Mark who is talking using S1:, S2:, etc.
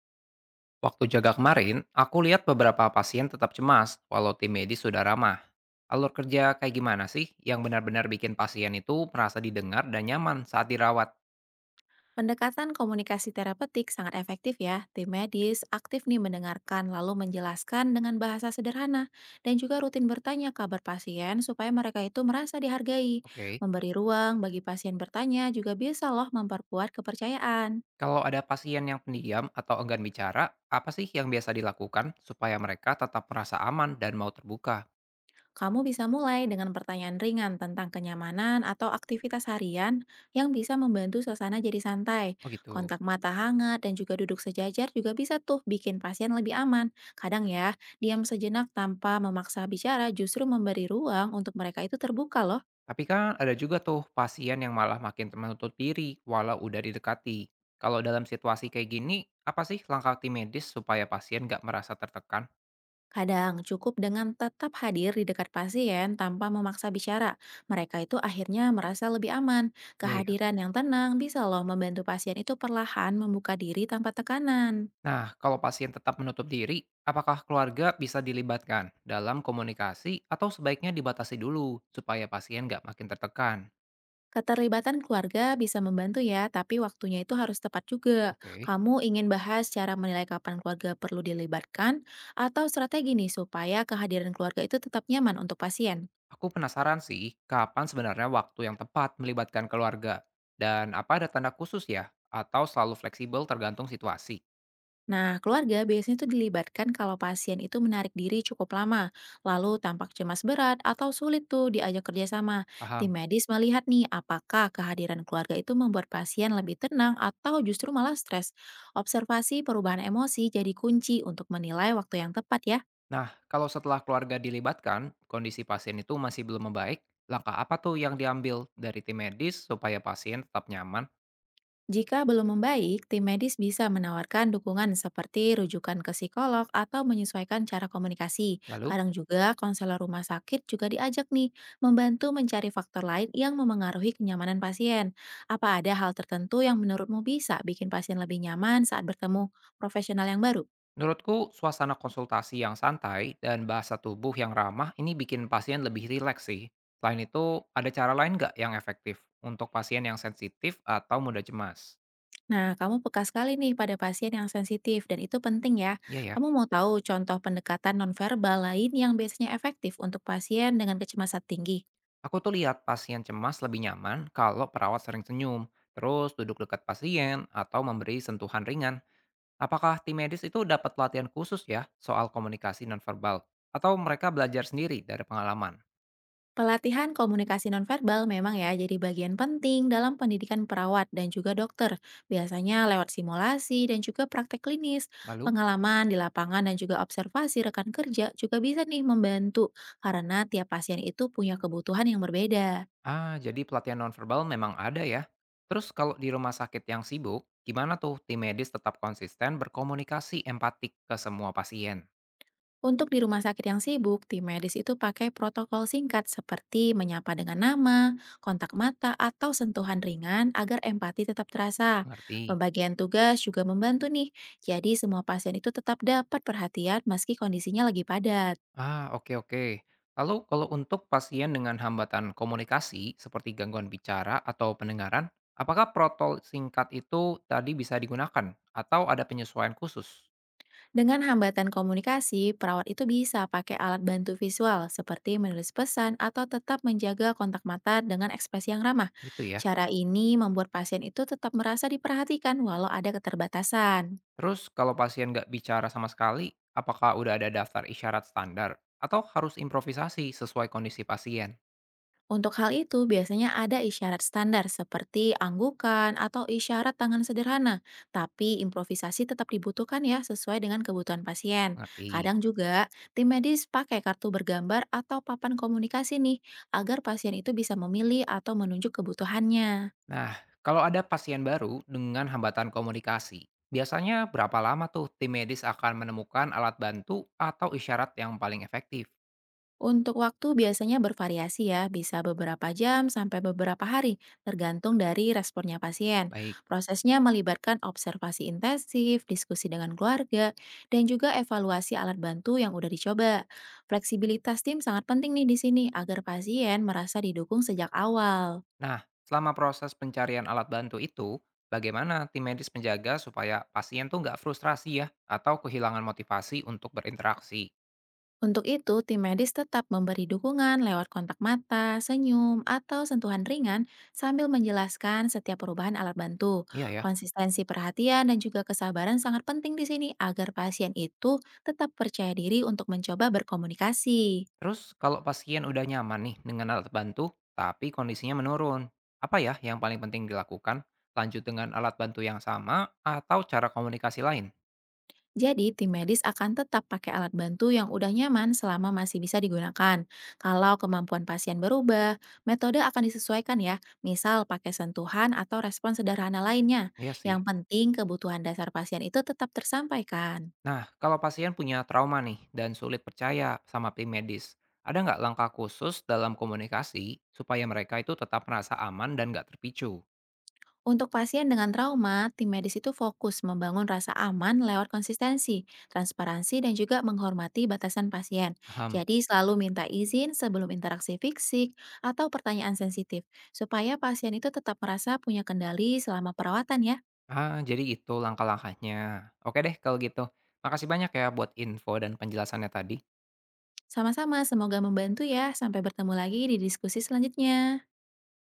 S1: Waktu jaga kemarin, aku lihat beberapa pasien tetap cemas walau tim medis sudah ramah. Alur kerja kayak gimana sih yang benar-benar bikin pasien itu merasa didengar dan nyaman saat dirawat?
S2: Pendekatan komunikasi terapeutik sangat efektif ya. Tim medis aktif nih mendengarkan lalu menjelaskan dengan bahasa sederhana dan juga rutin bertanya kabar pasien supaya mereka itu merasa dihargai.
S1: Oke,
S2: Memberi ruang bagi pasien bertanya juga bisa loh memperkuat kepercayaan.
S1: kalau ada pasien yang pendiam atau enggan bicara, apa sih yang biasa dilakukan supaya mereka tetap merasa aman dan mau terbuka?
S2: Kamu bisa mulai dengan pertanyaan ringan tentang kenyamanan atau aktivitas harian yang bisa membantu suasana jadi santai.
S1: Oh gitu.
S2: Kontak mata hangat dan juga duduk sejajar juga bisa tuh bikin pasien lebih aman. Kadang ya, diam sejenak tanpa memaksa bicara justru memberi ruang untuk mereka itu terbuka loh.
S1: Tapi kan ada juga tuh pasien yang malah makin menutup diri walau udah didekati. Kalau dalam situasi kayak gini, apa sih langkah tim medis supaya pasien nggak merasa tertekan?
S2: Kadang cukup dengan tetap hadir di dekat pasien tanpa memaksa bicara. Mereka itu akhirnya merasa lebih aman.
S1: Iya ya.
S2: Kehadiran yang tenang bisa loh membantu pasien itu perlahan membuka diri tanpa tekanan.
S1: Nah, kalau pasien tetap menutup diri, apakah keluarga bisa dilibatkan dalam komunikasi atau sebaiknya dibatasi dulu supaya pasien nggak makin tertekan?
S2: Keterlibatan keluarga bisa membantu ya, tapi waktunya itu harus tepat juga.
S1: Oke,
S2: Kamu ingin bahas cara menilai kapan keluarga perlu dilibatkan atau strategi nih supaya kehadiran keluarga itu tetap nyaman untuk pasien.
S1: aku penasaran sih kapan sebenarnya waktu yang tepat melibatkan keluarga dan apa ada tanda khusus ya atau selalu fleksibel tergantung situasi.
S2: Nah, keluarga biasanya itu dilibatkan kalau pasien itu menarik diri cukup lama, lalu tampak cemas berat atau sulit tuh diajak kerjasama. Tim
S1: Paham.
S2: medis melihat nih apakah kehadiran keluarga itu membuat pasien lebih tenang atau justru malah stres. Observasi perubahan emosi jadi kunci untuk menilai waktu yang tepat ya.
S1: Nah, kalau setelah keluarga dilibatkan, kondisi pasien itu masih belum membaik, langkah apa tuh yang diambil dari tim medis supaya pasien tetap nyaman?
S2: Jika belum membaik, tim medis bisa menawarkan dukungan seperti rujukan ke psikolog atau menyesuaikan cara komunikasi.
S1: Lalu?
S2: Kadang juga konselor rumah sakit juga diajak nih membantu mencari faktor lain yang memengaruhi kenyamanan pasien. Apa ada hal tertentu yang menurutmu bisa bikin pasien lebih nyaman saat bertemu profesional yang baru?
S1: Menurutku, suasana konsultasi yang santai dan bahasa tubuh yang ramah ini bikin pasien lebih rileks sih. Selain itu, ada cara lain nggak yang efektif untuk pasien yang sensitif atau mudah cemas?
S2: Nah, kamu peka sekali nih pada pasien yang sensitif, dan itu penting ya.
S1: Iya ya,
S2: Kamu mau tahu contoh pendekatan nonverbal lain yang biasanya efektif untuk pasien dengan kecemasan tinggi?
S1: aku tuh lihat pasien cemas lebih nyaman kalau perawat sering senyum, terus duduk dekat pasien atau memberi sentuhan ringan. Apakah tim medis itu dapat pelatihan khusus ya soal komunikasi nonverbal? Atau mereka belajar sendiri dari pengalaman?
S2: Pelatihan komunikasi nonverbal memang ya jadi bagian penting dalam pendidikan perawat dan juga dokter. Biasanya lewat simulasi dan juga praktek klinis,
S1: Lalu?
S2: pengalaman di lapangan dan juga observasi rekan kerja juga bisa nih membantu, karena tiap pasien itu punya kebutuhan yang berbeda.
S1: Ah, jadi pelatihan nonverbal memang ada ya. Terus kalau di rumah sakit yang sibuk, gimana tuh tim medis tetap konsisten berkomunikasi empatik ke semua pasien?
S2: Untuk di rumah sakit yang sibuk, tim medis itu pakai protokol singkat seperti menyapa dengan nama, kontak mata, atau sentuhan ringan agar empati tetap terasa.
S1: Mengerti?
S2: Pembagian tugas juga membantu nih, jadi semua pasien itu tetap dapat perhatian meski kondisinya lagi padat.
S1: Ah, oke oke. Lalu kalau untuk pasien dengan hambatan komunikasi seperti gangguan bicara atau pendengaran, apakah protol singkat itu tadi bisa digunakan atau ada penyesuaian khusus?
S2: Dengan hambatan komunikasi, perawat itu bisa pakai alat bantu visual seperti menulis pesan atau tetap menjaga kontak mata dengan ekspresi yang ramah.
S1: Gitu ya.
S2: Cara ini membuat pasien itu tetap merasa diperhatikan walau ada keterbatasan.
S1: Terus kalau pasien nggak bicara sama sekali, apakah udah ada daftar isyarat standar atau harus improvisasi sesuai kondisi pasien?
S2: Untuk hal itu, biasanya ada isyarat standar seperti anggukan atau isyarat tangan sederhana, tapi improvisasi tetap dibutuhkan ya, sesuai dengan kebutuhan pasien.
S1: Ngerti.
S2: Kadang juga, tim medis pakai kartu bergambar atau papan komunikasi nih, agar pasien itu bisa memilih atau menunjuk kebutuhannya.
S1: Nah, kalau ada pasien baru dengan hambatan komunikasi, biasanya berapa lama tuh tim medis akan menemukan alat bantu atau isyarat yang paling efektif?
S2: Untuk waktu biasanya bervariasi ya, bisa beberapa jam sampai beberapa hari, tergantung dari responnya pasien.
S1: Baik.
S2: Prosesnya melibatkan observasi intensif, diskusi dengan keluarga, dan juga evaluasi alat bantu yang udah dicoba. Fleksibilitas tim sangat penting nih di sini, agar pasien merasa didukung sejak awal.
S1: Nah, selama proses pencarian alat bantu itu, bagaimana tim medis menjaga supaya pasien tuh nggak frustrasi ya atau kehilangan motivasi untuk berinteraksi?
S2: Untuk itu, tim medis tetap memberi dukungan lewat kontak mata, senyum, atau sentuhan ringan sambil menjelaskan setiap perubahan alat bantu.
S1: Iya ya.
S2: Konsistensi perhatian dan juga kesabaran sangat penting di sini, agar pasien itu tetap percaya diri untuk mencoba berkomunikasi.
S1: Terus kalau pasien udah nyaman nih dengan alat bantu, tapi kondisinya menurun, apa ya yang paling penting dilakukan? Lanjut dengan alat bantu yang sama atau cara komunikasi lain?
S2: Jadi, tim medis akan tetap pakai alat bantu yang udah nyaman selama masih bisa digunakan. Kalau kemampuan pasien berubah, metode akan disesuaikan ya, misal pakai sentuhan atau respon sederhana lainnya.
S1: Iya sih.
S2: Yang penting, kebutuhan dasar pasien itu tetap tersampaikan.
S1: Nah, kalau pasien punya trauma nih dan sulit percaya sama tim medis, ada nggak langkah khusus dalam komunikasi supaya mereka itu tetap merasa aman dan nggak terpicu?
S2: Untuk pasien dengan trauma, tim medis itu fokus membangun rasa aman lewat konsistensi, transparansi, dan juga menghormati batasan pasien.
S1: Paham.
S2: Jadi selalu minta izin sebelum interaksi fisik atau pertanyaan sensitif, supaya pasien itu tetap merasa punya kendali selama perawatan ya.
S1: Ah, jadi itu langkah-langkahnya. Oke deh kalau gitu. Makasih banyak ya buat info dan penjelasannya tadi.
S2: Sama-sama, semoga membantu ya. Sampai bertemu lagi di diskusi selanjutnya.